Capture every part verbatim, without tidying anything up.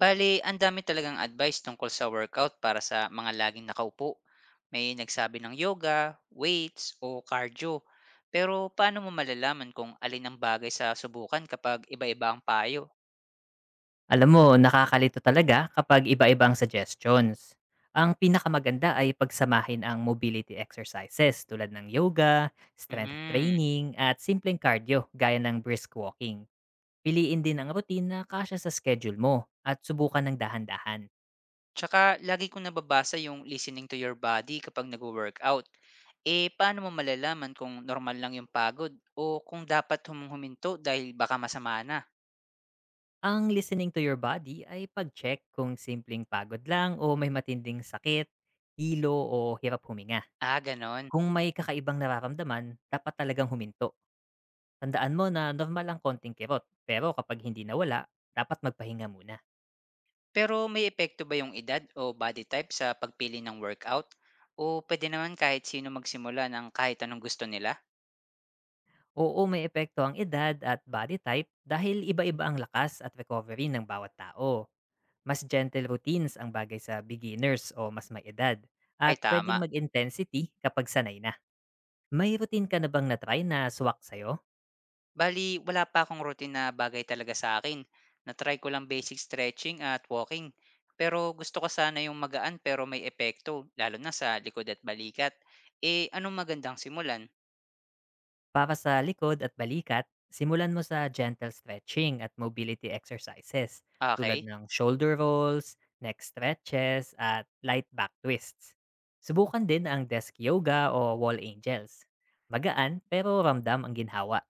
Bali ang dami talagang advice tungkol sa workout para sa mga laging nakaupo. May nagsabi ng yoga, weights, o cardio. Pero paano mo malalaman kung alin ang bagay sa subukan kapag iba-iba ang payo? Alam mo, nakakalito talaga kapag iba-iba ang suggestions. Ang pinakamaganda ay pagsamahin ang mobility exercises tulad ng yoga, strength Hmm. training, at simpleng cardio gaya ng brisk walking. Piliin din ang routine na kasya sa schedule mo at subukan ng dahan-dahan. Tsaka lagi kong nababasa yung listening to your body kapag nag-workout. Eh, paano mo malalaman kung normal lang yung pagod o kung dapat humuhuminto dahil baka masama na? Ang listening to your body ay pag-check kung simpleng pagod lang o may matinding sakit, hilo o hirap huminga. Ah, ganon. Kung may kakaibang nararamdaman, dapat talagang huminto. Tandaan mo na normal ang konting kirot, pero kapag hindi nawala, dapat magpahinga muna. Pero may epekto ba yung edad o body type sa pagpili ng workout? O pwede naman kahit sino magsimula ng kahit anong gusto nila? Oo, may epekto ang edad at body type dahil iba-iba ang lakas at recovery ng bawat tao. Mas gentle routines ang bagay sa beginners o mas may edad. Ay, At tama. pwedeng mag-intensity kapag sanay na. May routine ka na bang na-try na swak sa'yo? Bali, wala pa akong routine na bagay talaga sa akin. Natry ko lang basic stretching at walking. Pero gusto ko sana yung magaan pero may epekto, lalo na sa likod at balikat. Eh, anong magandang simulan? Para sa likod at balikat, simulan mo sa gentle stretching at mobility exercises tulad Okay. ng shoulder rolls, neck stretches, at light back twists. Subukan din ang desk yoga o wall angels. Magaan pero ramdam ang ginhawa.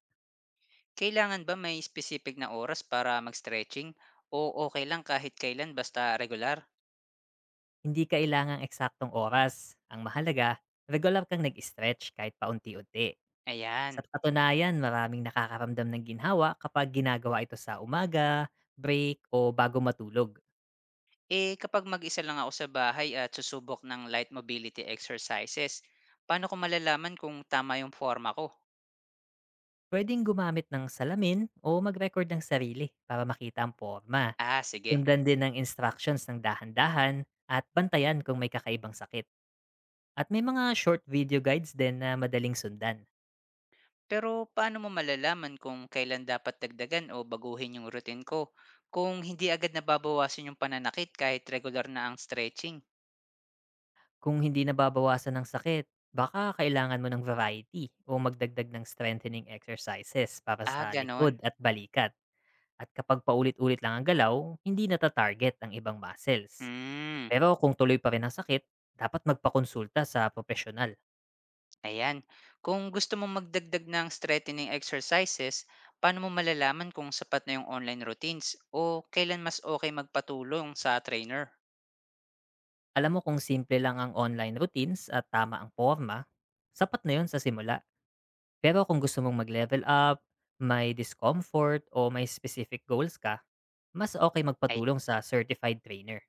Kailangan ba may specific na oras para mag-stretching? O okay lang kahit kailan basta regular? Hindi kailangang eksaktong oras. Ang mahalaga, regular kang nag-stretch kahit paunti-unti. Ayan. Sa katunayan, maraming nakakaramdam ng ginhawa kapag ginagawa ito sa umaga, break, o bago matulog. Eh, kapag mag-isa lang ako sa bahay at susubok ng light mobility exercises, paano ko malalaman kung tama yung forma ko? Puwedeng gumamit ng salamin o mag-record ng sarili para makita ang porma. Ah, sige. Sundan din ng instructions ng dahan-dahan at bantayan kung may kakaibang sakit. At may mga short video guides din na madaling sundan. Pero paano mo malalaman kung kailan dapat dagdagan o baguhin yung routine ko? Kung hindi agad nababawasan yung pananakit kahit regular na ang stretching. Kung hindi nababawasan ng sakit, baka kailangan mo ng variety o magdagdag ng strengthening exercises para Ah, sa likod ganon. at balikat. At kapag paulit-ulit lang ang galaw, hindi nata-target ang ibang muscles. Hmm, Pero kung tuloy pa rin ang sakit, dapat magpakonsulta sa profesional. ayan. Kung gusto mong magdagdag ng strengthening exercises, paano mo malalaman kung sapat na yung online routines o kailan mas okay magpatulong sa trainer? Alam mo, kung simple lang ang online routines at tama ang forma, sapat na yun sa simula. Pero kung gusto mong mag-level up, may discomfort o may specific goals ka, mas okay magpatulong sa certified trainer.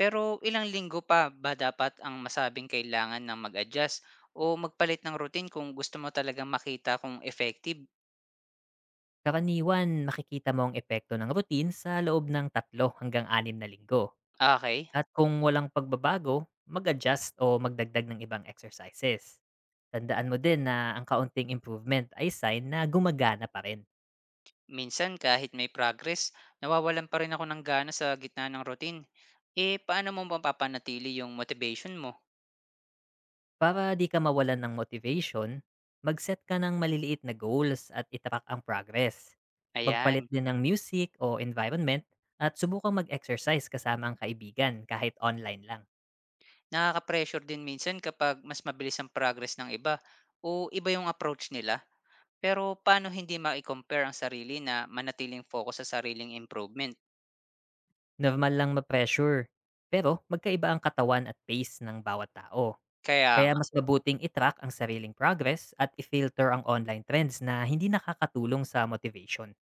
Pero ilang linggo pa ba dapat ang masabing kailangan ng mag-adjust o magpalit ng routine kung gusto mo talagang makita kung effective? Karaniwan, makikita mo ang epekto ng routine sa loob ng tatlo hanggang anim na linggo. Ah, okay, At kung walang pagbabago, mag-adjust o magdagdag ng ibang exercises. Tandaan mo din na ang kaunting improvement ay sign na gumagana pa rin. minsan kahit may progress, nawawalan pa rin ako ng gana sa gitna ng routine. Eh, paano mo mapapanatili yung motivation mo? Para di ka mawalan ng motivation, mag-set ka ng maliliit na goals at itapak ang progress. Magpalit Ayan, din ng music o environment at subukang mag-exercise kasama ang kaibigan kahit online lang. nakaka-pressure din minsan kapag mas mabilis ang progress ng iba o iba yung approach nila. Pero paano hindi ma-compare ang sarili na manatiling focus sa sariling improvement? Normal lang ma-pressure, pero magkaiba ang katawan at pace ng bawat tao. Kaya Kaya mas mabuting itrack ang sariling progress at i-filter ang online trends na hindi nakakatulong sa motivation.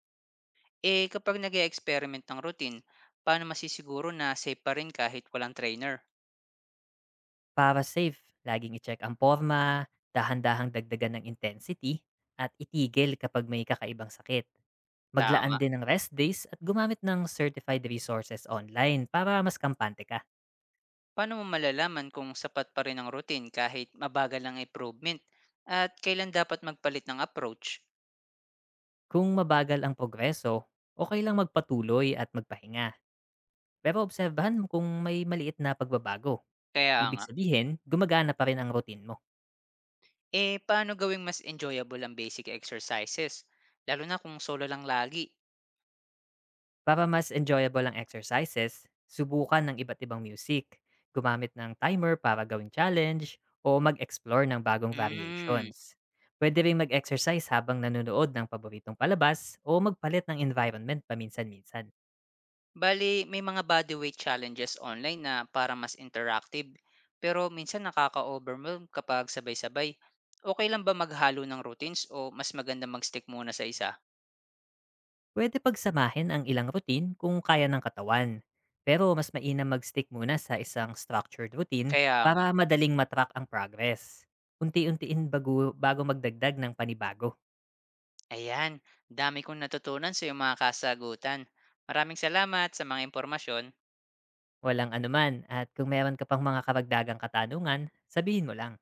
eh, kapag nag experiment ng routine, paano masisiguro na safe pa rin kahit walang trainer? Para safe, laging i-check ang forma, dahan-dahang dagdagan ng intensity, at itigil kapag may kakaibang sakit. Maglaan Tama. din ng rest days at gumamit ng certified resources online para mas kampante ka. Paano mo malalaman kung sapat pa rin ang routine kahit mabagal ang improvement? At kailan dapat magpalit ng approach? Kung mabagal ang progreso, okay lang magpatuloy at magpahinga. Pero obserbahan mo kung may maliit na pagbabago. Kaya Ibig nga, sabihin, gumagana pa rin ang routine mo. eh paano gawing mas enjoyable ang basic exercises? Lalo na kung solo lang lagi. Para mas enjoyable ang exercises, subukan ng iba't ibang music, gumamit ng timer para gawing challenge, o mag-explore ng bagong Hmm. variations. Pwede rin mag-exercise habang nanonood ng paboritong palabas o magpalit ng environment paminsan-minsan. Bali may mga bodyweight challenges online na para mas interactive, pero minsan nakaka-overwhelm kapag sabay-sabay. Okay lang ba maghalo ng routines o mas maganda mag-stick muna sa isa? Pwede pagsamahin ang ilang routine kung kaya ng katawan. Pero mas mainam mag-stick muna sa isang structured routine Kaya para nga, madaling matrack ang progress. Unti-untiin bago, bago magdagdag ng panibago. ayan, dami kong natutunan sa iyong mga kasagutan. Maraming salamat sa mga impormasyon. Walang anuman at kung meron ka pang mga karagdagang katanungan, sabihin mo lang.